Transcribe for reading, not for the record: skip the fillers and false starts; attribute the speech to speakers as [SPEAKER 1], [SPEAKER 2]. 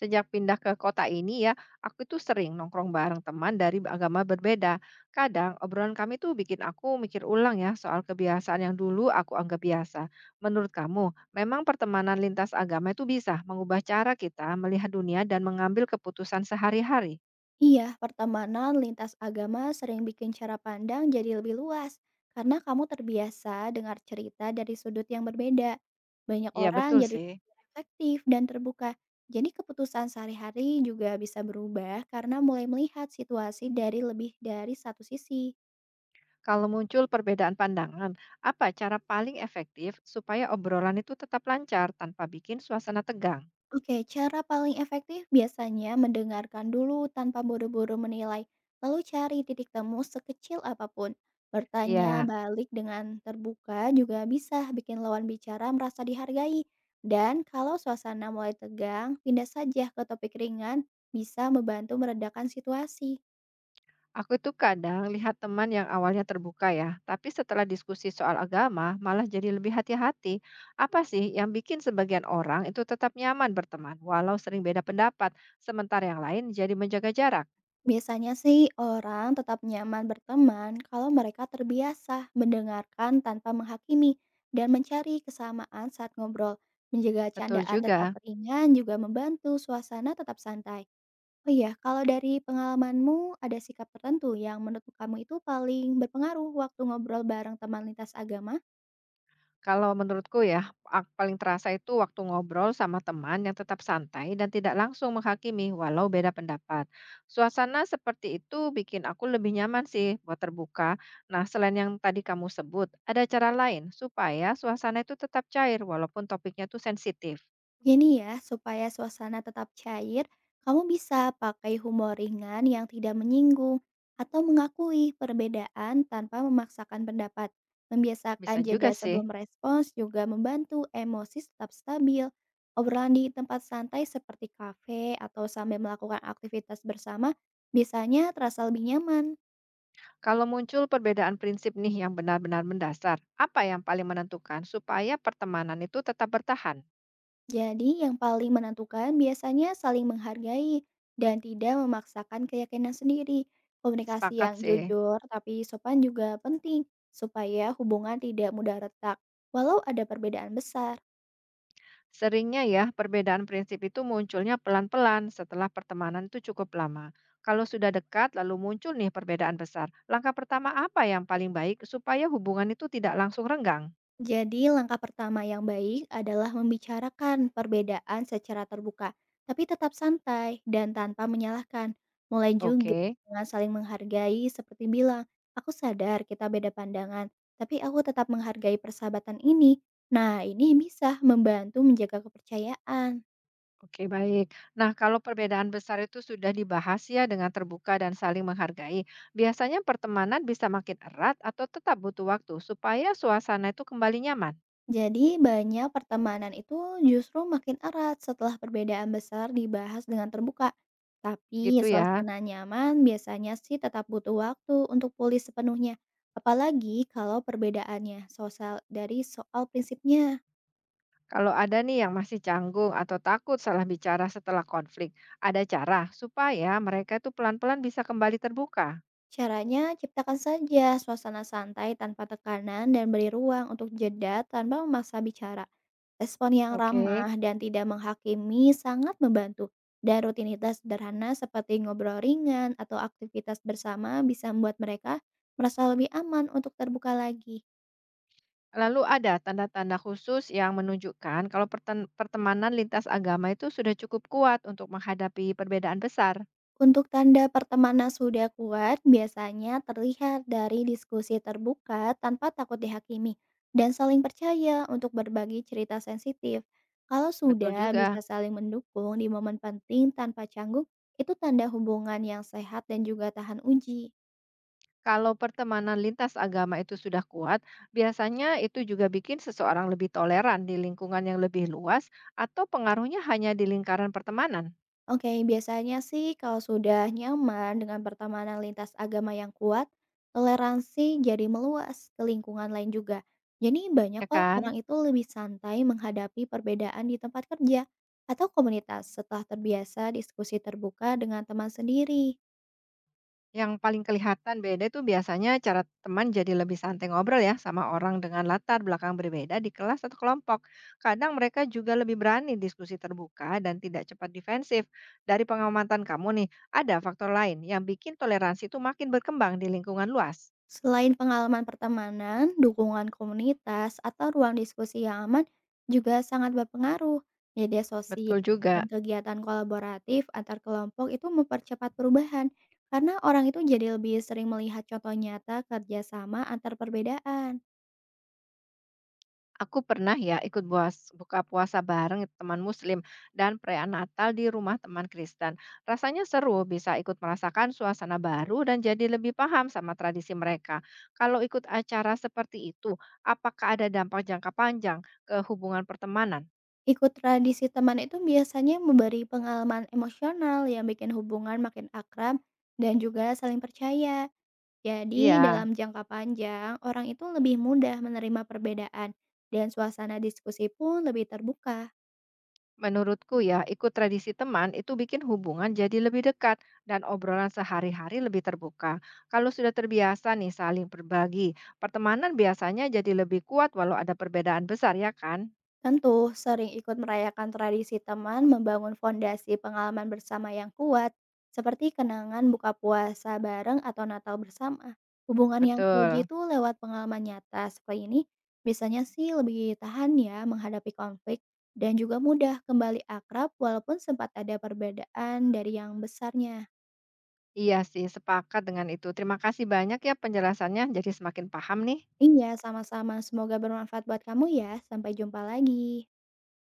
[SPEAKER 1] Sejak pindah ke kota ini ya, aku tuh sering nongkrong bareng teman dari agama berbeda. Kadang obrolan kami tuh bikin aku mikir ulang ya soal kebiasaan yang dulu aku anggap biasa. Menurut kamu, memang pertemanan lintas agama itu bisa mengubah cara kita melihat dunia dan mengambil keputusan sehari-hari?
[SPEAKER 2] Iya, pertemanan lintas agama sering bikin cara pandang jadi lebih luas karena kamu terbiasa dengar cerita dari sudut yang berbeda. Banyak
[SPEAKER 1] Iya betul
[SPEAKER 2] orang jadi
[SPEAKER 1] sih.
[SPEAKER 2] lebih reflektif dan terbuka. Jadi keputusan sehari-hari juga bisa berubah karena mulai melihat situasi dari lebih dari satu sisi.
[SPEAKER 1] Kalau muncul perbedaan pandangan, apa cara paling efektif supaya obrolan itu tetap lancar tanpa bikin suasana tegang?
[SPEAKER 2] Oke, cara paling efektif biasanya mendengarkan dulu tanpa buru-buru menilai, lalu cari titik temu sekecil apapun. Bertanya
[SPEAKER 1] Iya.
[SPEAKER 2] balik dengan terbuka juga bisa bikin lawan bicara merasa dihargai. Dan kalau suasana mulai tegang, pindah saja ke topik ringan, bisa membantu meredakan situasi.
[SPEAKER 1] Aku itu kadang lihat teman yang awalnya terbuka ya, tapi setelah diskusi soal agama malah jadi lebih hati-hati. Apa sih yang bikin sebagian orang itu tetap nyaman berteman walau sering beda pendapat, sementara yang lain jadi menjaga jarak?
[SPEAKER 2] Biasanya sih orang tetap nyaman berteman kalau mereka terbiasa mendengarkan tanpa menghakimi dan mencari kesamaan saat ngobrol. Menjaga
[SPEAKER 1] Betul
[SPEAKER 2] candaan tetap
[SPEAKER 1] juga.
[SPEAKER 2] ringan juga membantu suasana tetap santai. Oh iya, kalau dari pengalamanmu ada sikap tertentu yang menurut kamu itu paling berpengaruh waktu ngobrol bareng teman lintas agama?
[SPEAKER 1] Kalau menurutku ya, ak paling terasa itu waktu ngobrol sama teman yang tetap santai dan tidak langsung menghakimi walau beda pendapat. Suasana seperti itu bikin aku lebih nyaman sih buat terbuka. Nah, selain yang tadi kamu sebut, ada cara lain supaya suasana itu tetap cair walaupun topiknya itu sensitif.
[SPEAKER 2] Gini ya, supaya suasana tetap cair, kamu bisa pakai humor ringan yang tidak menyinggung atau mengakui perbedaan tanpa memaksakan pendapat.
[SPEAKER 1] Bisa
[SPEAKER 2] Membiasakan
[SPEAKER 1] juga
[SPEAKER 2] jeda
[SPEAKER 1] sih.
[SPEAKER 2] sebelum respons juga membantu emosi tetap stabil. Obrolan di tempat santai seperti kafe atau sambil melakukan aktivitas bersama biasanya terasa lebih nyaman.
[SPEAKER 1] Kalau muncul perbedaan prinsip nih yang benar-benar mendasar, apa yang paling menentukan supaya pertemanan itu tetap bertahan?
[SPEAKER 2] Jadi, yang paling menentukan biasanya saling menghargai dan tidak memaksakan keyakinan sendiri. Komunikasi
[SPEAKER 1] Sepakat
[SPEAKER 2] yang
[SPEAKER 1] sih.
[SPEAKER 2] jujur tapi sopan juga penting supaya hubungan tidak mudah retak, walau ada perbedaan besar.
[SPEAKER 1] Seringnya ya, perbedaan prinsip itu munculnya pelan-pelan setelah pertemanan itu cukup lama. Kalau sudah dekat, lalu muncul nih perbedaan besar. Langkah pertama apa yang paling baik supaya hubungan itu tidak langsung renggang?
[SPEAKER 2] Jadi, langkah pertama yang baik adalah membicarakan perbedaan secara terbuka, tapi tetap santai dan tanpa menyalahkan. Mulai juga
[SPEAKER 1] Oke,
[SPEAKER 2] dengan saling menghargai, seperti bilang, "Aku sadar kita beda pandangan, tapi aku tetap menghargai persahabatan ini." Nah, ini bisa membantu menjaga kepercayaan.
[SPEAKER 1] oke baik. Nah, kalau perbedaan besar itu sudah dibahas ya dengan terbuka dan saling menghargai, biasanya pertemanan bisa makin erat atau tetap butuh waktu supaya suasana itu kembali nyaman.
[SPEAKER 2] Jadi banyak pertemanan itu justru makin erat setelah perbedaan besar dibahas dengan terbuka. Tapi
[SPEAKER 1] Gitu ya.
[SPEAKER 2] suasana nyaman biasanya sih tetap butuh waktu untuk pulih sepenuhnya. Apalagi kalau perbedaannya sosial dari soal prinsipnya.
[SPEAKER 1] Kalau ada nih yang masih canggung atau takut salah bicara setelah konflik, ada cara supaya mereka itu pelan-pelan bisa kembali terbuka.
[SPEAKER 2] Caranya, ciptakan saja suasana santai tanpa tekanan dan beri ruang untuk jeda tanpa memaksa bicara. Respon yang
[SPEAKER 1] Oke.
[SPEAKER 2] ramah dan tidak menghakimi sangat membantu. Dan rutinitas sederhana seperti ngobrol ringan atau aktivitas bersama bisa membuat mereka merasa lebih aman untuk terbuka lagi.
[SPEAKER 1] Lalu ada tanda-tanda khusus yang menunjukkan kalau pertemanan lintas agama itu sudah cukup kuat untuk menghadapi perbedaan besar.
[SPEAKER 2] Untuk tanda pertemanan sudah kuat biasanya terlihat dari diskusi terbuka tanpa takut dihakimi dan saling percaya untuk berbagi cerita sensitif. Kalau
[SPEAKER 1] Betul
[SPEAKER 2] sudah bisa
[SPEAKER 1] juga.
[SPEAKER 2] saling mendukung di momen penting tanpa canggung, itu tanda hubungan yang sehat dan juga tahan uji.
[SPEAKER 1] Kalau pertemanan lintas agama itu sudah kuat, biasanya itu juga bikin seseorang lebih toleran di lingkungan yang lebih luas atau pengaruhnya hanya di lingkaran pertemanan,
[SPEAKER 2] Oke, biasanya sih kalau sudah nyaman dengan pertemanan lintas agama yang kuat, toleransi jadi meluas ke lingkungan lain juga. Jadi banyak
[SPEAKER 1] ya
[SPEAKER 2] kok
[SPEAKER 1] kan?
[SPEAKER 2] orang itu lebih santai menghadapi perbedaan di tempat kerja atau komunitas setelah terbiasa diskusi terbuka dengan teman sendiri.
[SPEAKER 1] Yang paling kelihatan beda itu biasanya cara teman jadi lebih santai ngobrol ya sama orang dengan latar belakang berbeda di kelas atau kelompok. Kadang mereka juga lebih berani diskusi terbuka dan tidak cepat defensif. Dari pengamatan kamu nih, ada faktor lain yang bikin toleransi itu makin berkembang di lingkungan luas.
[SPEAKER 2] Selain pengalaman pertemanan, dukungan komunitas, atau ruang diskusi yang aman juga sangat berpengaruh. Media sosial
[SPEAKER 1] Betul juga.
[SPEAKER 2] dan kegiatan kolaboratif antar kelompok itu mempercepat perubahan karena orang itu jadi lebih sering melihat contoh nyata kerjasama antar perbedaan.
[SPEAKER 1] Aku pernah ya ikut buas buka puasa bareng teman Muslim dan perayaan Natal di rumah teman Kristen. Rasanya seru bisa ikut merasakan suasana baru dan jadi lebih paham sama tradisi mereka. Kalau ikut acara seperti itu, apakah ada dampak jangka panjang ke hubungan pertemanan?
[SPEAKER 2] Ikut tradisi teman itu biasanya memberi pengalaman emosional yang bikin hubungan makin akrab dan juga saling percaya. Jadi,
[SPEAKER 1] Iya.
[SPEAKER 2] dalam jangka panjang, orang itu lebih mudah menerima perbedaan, dan suasana diskusi pun lebih terbuka.
[SPEAKER 1] Menurutku ya, ikut tradisi teman itu bikin hubungan jadi lebih dekat dan obrolan sehari-hari lebih terbuka. Kalau sudah terbiasa nih saling berbagi, pertemanan biasanya jadi lebih kuat walau ada perbedaan besar ya kan?
[SPEAKER 2] Tentu, sering ikut merayakan tradisi teman membangun fondasi pengalaman bersama yang kuat, seperti kenangan buka puasa bareng atau Natal bersama. Hubungan yang teruji
[SPEAKER 1] Betul.
[SPEAKER 2] itu lewat pengalaman nyata seperti ini, biasanya sih lebih tahan ya menghadapi konflik, dan juga mudah kembali akrab walaupun sempat ada perbedaan dari yang besarnya.
[SPEAKER 1] Iya sih, sepakat dengan itu. Terima kasih banyak ya penjelasannya, jadi semakin paham nih.
[SPEAKER 2] Iya, sama-sama. Semoga bermanfaat buat kamu ya. Sampai jumpa lagi.